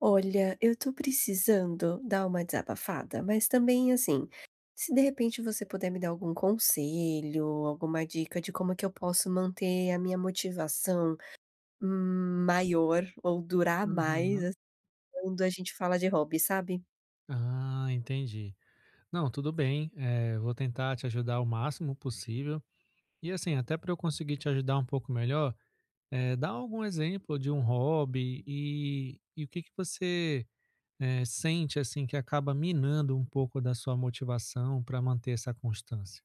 Olha, eu tô precisando dar uma desabafada, mas também assim, se de repente você puder me dar algum conselho, alguma dica de como que eu posso manter a minha motivação maior ou durar mais, Uhum. assim, quando a gente fala de hobby, sabe? Ah, entendi. Não, tudo bem. Vou tentar te ajudar o máximo possível. E assim, até para eu conseguir te ajudar um pouco melhor, dá algum exemplo de um hobby e o que que você sente assim que acaba minando um pouco da sua motivação para manter essa constância?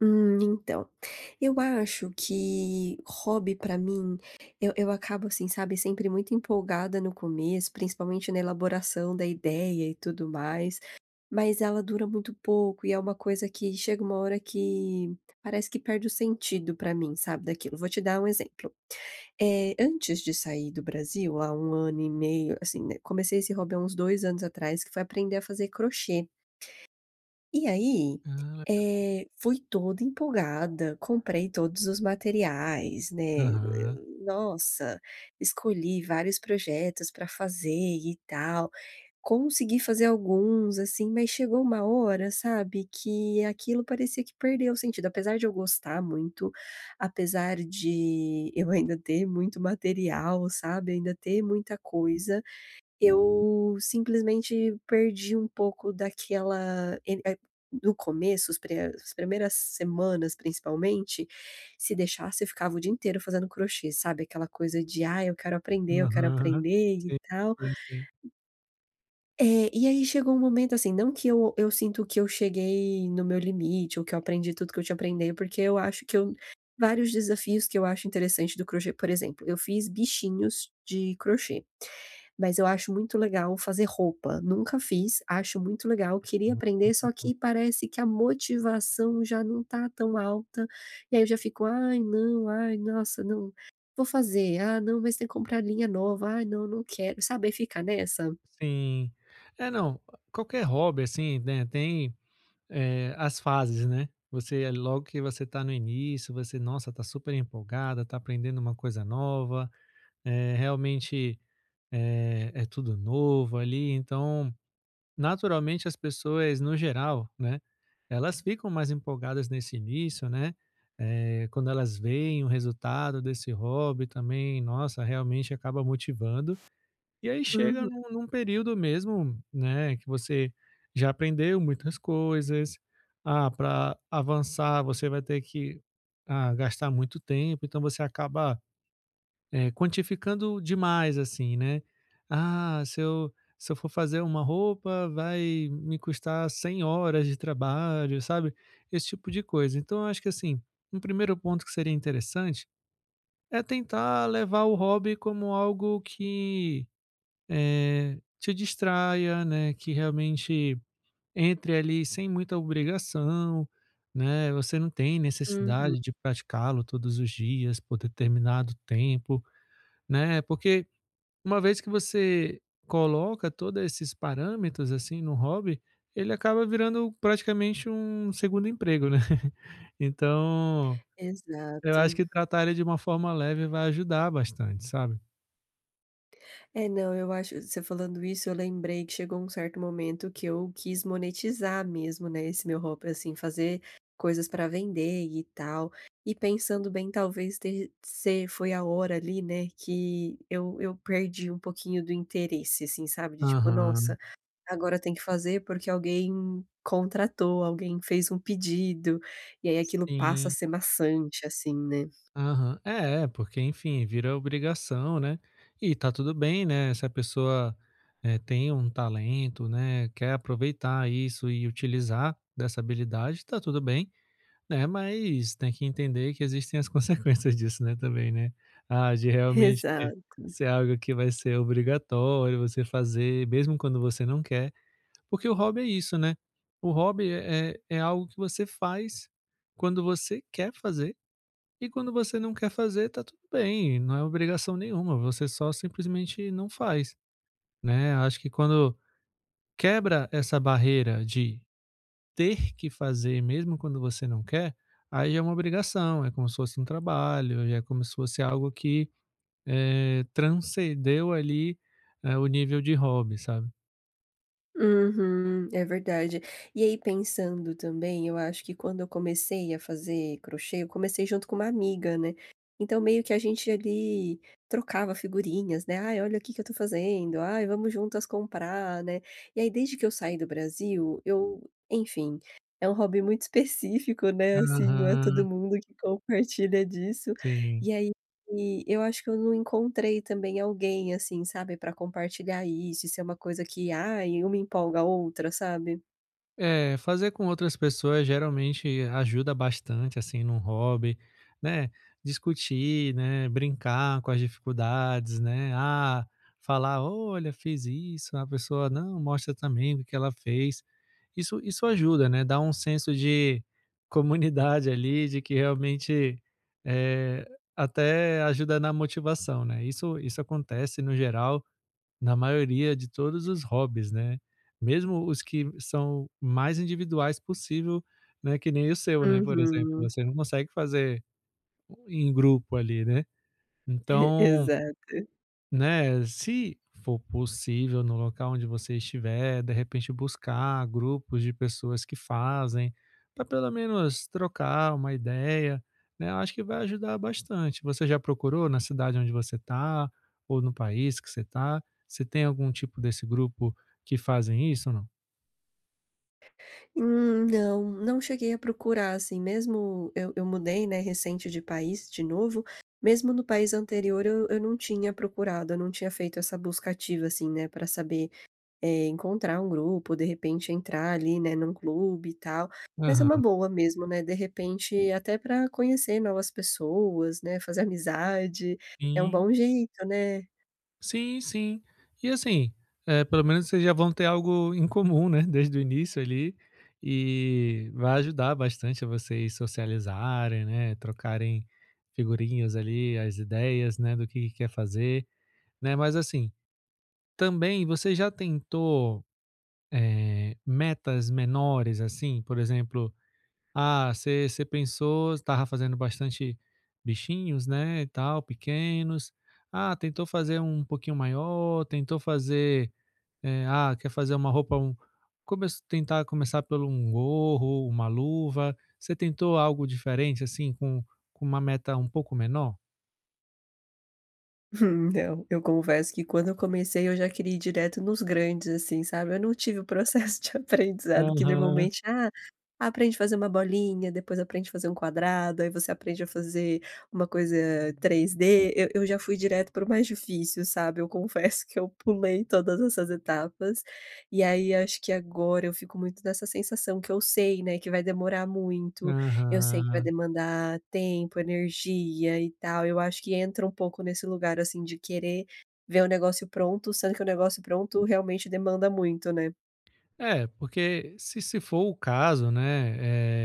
Então, eu acho que hobby pra mim, eu acabo assim, sabe, sempre muito empolgada no começo, principalmente na elaboração da ideia e tudo mais, mas ela dura muito pouco e é uma coisa que chega uma hora que parece que perde o sentido pra mim, sabe, daquilo. Vou te dar um exemplo. É, antes de sair do Brasil, há um ano e meio, assim, né, comecei esse hobby há uns dois anos atrás, que foi aprender a fazer crochê. E aí, Ah. Fui toda empolgada, comprei todos os materiais, né, Aham. eu nossa, escolhi vários projetos para fazer e tal. Consegui fazer alguns, assim, mas chegou uma hora, sabe, que aquilo parecia que perdeu o sentido. Apesar de eu gostar muito, apesar de eu ainda ter muito material, sabe, ainda ter muita coisa, eu simplesmente perdi um pouco daquela e no começo, os pre as primeiras semanas, principalmente, se deixasse, eu ficava o dia inteiro fazendo crochê, sabe, aquela coisa de: ah, eu quero Aham. aprender e Sim, tal". sim, sim. É, e aí chegou um momento, assim, não que eu sinto que eu cheguei no meu limite ou que eu aprendi tudo que eu tinha aprendido, porque eu acho que eu vários desafios que eu acho interessante do crochê, por exemplo, eu fiz bichinhos de crochê. Mas eu acho muito legal fazer roupa, nunca fiz, acho muito legal, queria Hum, aprender, só que parece que a motivação já não tá tão alta, e aí eu já fico: "Ai não, ai nossa não, vou fazer, ah não, mas tem que comprar linha nova, ai não, não quero", sabe, aí fica nessa. sim. É, não, qualquer hobby, assim, né, tem, as fases, né. Você logo que você tá no início, você, nossa, tá super empolgada, tá aprendendo uma coisa nova, é realmente, é tudo novo ali, então, naturalmente as pessoas, no geral, né, elas ficam mais empolgadas nesse início, né, quando elas veem o resultado desse hobby também, nossa, realmente acaba motivando. E aí chega Uhum, num período mesmo, né, que você já aprendeu muitas coisas. Ah, para avançar você vai ter que, ah, gastar muito tempo, então você acaba, quantificando demais, assim, né. "Ah, se eu for fazer uma roupa vai me custar 100 horas de trabalho", sabe, esse tipo de coisa. Então eu acho que, assim, um primeiro ponto que seria interessante é tentar levar o hobby como algo que te distraia, né, que realmente entre ali sem muita obrigação, né, você não tem uhum. necessidade de praticá-lo todos os dias por determinado tempo, né, porque uma vez que você coloca todos esses parâmetros, assim, no hobby, ele acaba virando praticamente um segundo emprego, né. Então, eu acho Exato. que tratar ele de uma forma leve vai ajudar bastante, sabe. É, não, eu acho você falando isso, eu lembrei que chegou um certo momento que eu quis monetizar mesmo, né, esse meu hobby, assim, fazer coisas para vender e tal. E pensando bem, talvez ter ser foi a hora ali, né, que eu perdi um pouquinho do interesse, assim, sabe, de tipo: Aham, "Nossa, agora tem que fazer porque alguém contratou, alguém fez um pedido", e aí aquilo passa a sim. ser maçante, assim, né. Aham. É, é, porque enfim, vira obrigação, né. E tá tudo bem, né, se a pessoa, tem um talento, né, quer aproveitar isso e utilizar dessa habilidade, tá tudo bem, né, mas tem que entender que existem as consequências disso, né, também, né. Ah, de realmente Exato. ser algo que vai ser obrigatório você fazer, mesmo quando você não quer, porque o hobby é isso, né. O hobby é algo que você faz quando você quer fazer e quando você não quer fazer, tá tudo bem, não é obrigação nenhuma, você só simplesmente não faz, né. Acho que quando quebra essa barreira de ter que fazer mesmo quando você não quer, aí já é uma obrigação, é como se fosse um trabalho, já é como se fosse algo que, transcendeu ali, o nível de hobby, sabe. Uhum, é verdade. E aí pensando também, eu acho que quando eu comecei a fazer crochê, eu comecei junto com uma amiga, né. Então meio que a gente ali trocava figurinhas, né, "Ai, olha o que que eu tô fazendo, ai, vamos juntas comprar", né. E aí desde que eu saí do Brasil, eu enfim, é um hobby muito específico, né, assim, não é todo Aham, mundo que compartilha disso. sim. E aí eu acho que eu não encontrei também alguém, assim, sabe, para compartilhar isso e ser uma coisa que, ai, uma empolga a outra, sabe? É, fazer com outras pessoas geralmente ajuda bastante, assim, num hobby, né? Discutir, né? Brincar com as dificuldades, né? Ah, falar, olha, fiz isso, a pessoa não mostra também o que ela fez. Isso ajuda, né? Dá um senso de comunidade ali, de que realmente é, até ajuda na motivação, né? Isso acontece no geral na maioria de todos os hobbies, né. Mesmo os que são mais individuais possível, né, que nem o seu, né, por exemplo, Uhum. você não consegue fazer em grupo ali, né. Então, Exato. né, se for possível no local onde você estiver, de repente buscar grupos de pessoas que fazem, para pelo menos trocar uma ideia, né, eu acho que vai ajudar bastante. Você já procurou na cidade onde você está ou no país que você está? Você tem algum tipo desse grupo que fazem isso ou não? Não, não cheguei a procurar, assim, mesmo eu mudei, né, recente de país de novo, mesmo no país anterior eu não tinha procurado, eu não tinha feito essa busca ativa, assim, né, para saber encontrar um grupo, de repente entrar ali, né, num clube e tal, mas é uma Aham. boa mesmo, né, de repente até para conhecer novas pessoas, né, fazer amizade, é um Sim. bom jeito, né. Sim, sim. E assim, pelo menos vocês já vão ter algo em comum, né, desde o início ali, e vai ajudar bastante a vocês socializarem, né, trocarem figurinhas ali, as ideias, né, do que quer fazer, né. Mas assim, também você já tentou, metas menores, assim? Por exemplo, ah, você pensou estava fazendo bastante bichinhos, né, e tal, pequenos. Ah, tentou fazer um pouquinho maior, tentou fazer, ah, quer fazer uma roupa um come tentar começar pelo um gorro, uma luva. Você tentou algo diferente, assim, com uma meta um pouco menor? Não, eu confesso que quando eu comecei eu já queria ir direto nos grandes, assim, sabe, eu não tive o processo de aprendizado que Aham, normalmente, ah aprende a fazer uma bolinha, depois aprende a fazer um quadrado, aí você aprende a fazer uma coisa 3D. Eu já fui direto para o mais difícil, sabe, eu confesso que eu pulei todas essas etapas, e aí acho que agora eu fico muito nessa sensação que eu sei, né, que vai demorar muito, eu sei que vai aham. demandar tempo, energia e tal, eu acho que entra um pouco nesse lugar, assim, de querer ver o negócio pronto, sendo que o negócio pronto realmente demanda muito, né. É, porque se for o caso, né,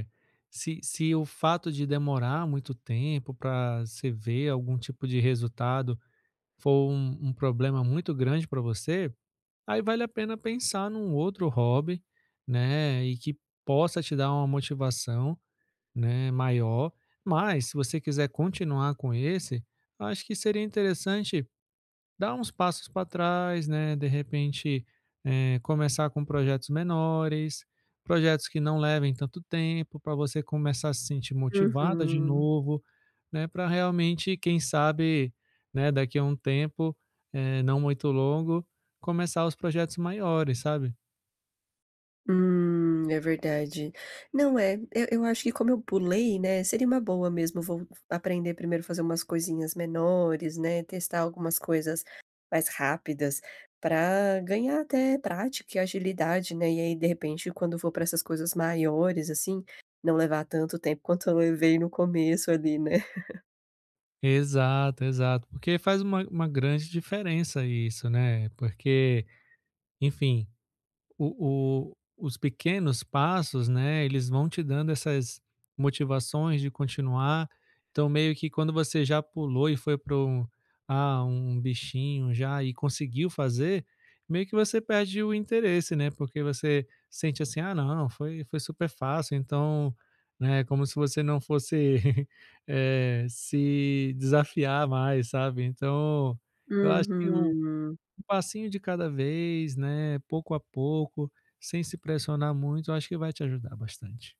se o fato de demorar muito tempo para você ver algum tipo de resultado for um problema muito grande para você, aí vale a pena pensar num outro hobby, né, e que possa te dar uma motivação, né, maior. Mas se você quiser continuar com esse, acho que seria interessante dar uns passos para trás, né? De repente, começar com projetos menores, projetos que não levem tanto tempo, para você começar a se sentir motivada de Uhum. novo, né? Para realmente, quem sabe, né? Daqui a um tempo, não muito longo, começar os projetos maiores, sabe? É verdade. Não é, eu acho que como eu pulei, né, seria uma boa mesmo vou aprender primeiro a fazer umas coisinhas menores, né, testar algumas coisas mais rápidas para ganhar até prática e agilidade, né, e aí de repente quando eu for para essas coisas maiores, assim, não levar tanto tempo quanto eu levei no começo ali, né. Exato, exato. Porque faz uma grande diferença isso, né? Porque, enfim, os pequenos passos, né, eles vão te dando essas motivações de continuar. Então, meio que quando você já pulou e foi para um, ah, um bichinho já e conseguiu fazer, meio que você perde o interesse, né? Porque você sente assim, ah, não, foi super fácil. Então, né, como se você não fosse se desafiar mais, sabe? Então, eu acho que um Uhum. passinho de cada vez, né, pouco a pouco, sem se pressionar muito, eu acho que vai te ajudar bastante.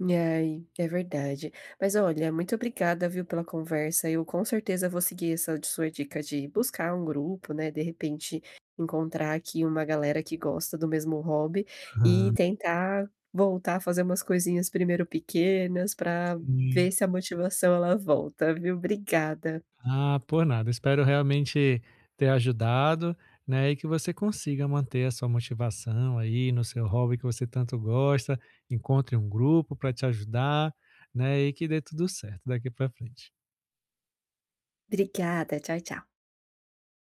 Ai, é verdade. Mas olha, muito obrigada, viu, pela conversa. Eu com certeza vou seguir essa sua dica de buscar um grupo, né? De repente encontrar aqui uma galera que gosta do mesmo hobby e Aham, tentar voltar a fazer umas coisinhas primeiro pequenas para ver sim. se a motivação ela volta, viu? Obrigada. Ah, por nada. Espero realmente ter ajudado, né, e que você consiga manter a sua motivação aí no seu hobby que você tanto gosta, encontre um grupo para te ajudar, né, e que dê tudo certo daqui para frente. Obrigada, tchau, tchau.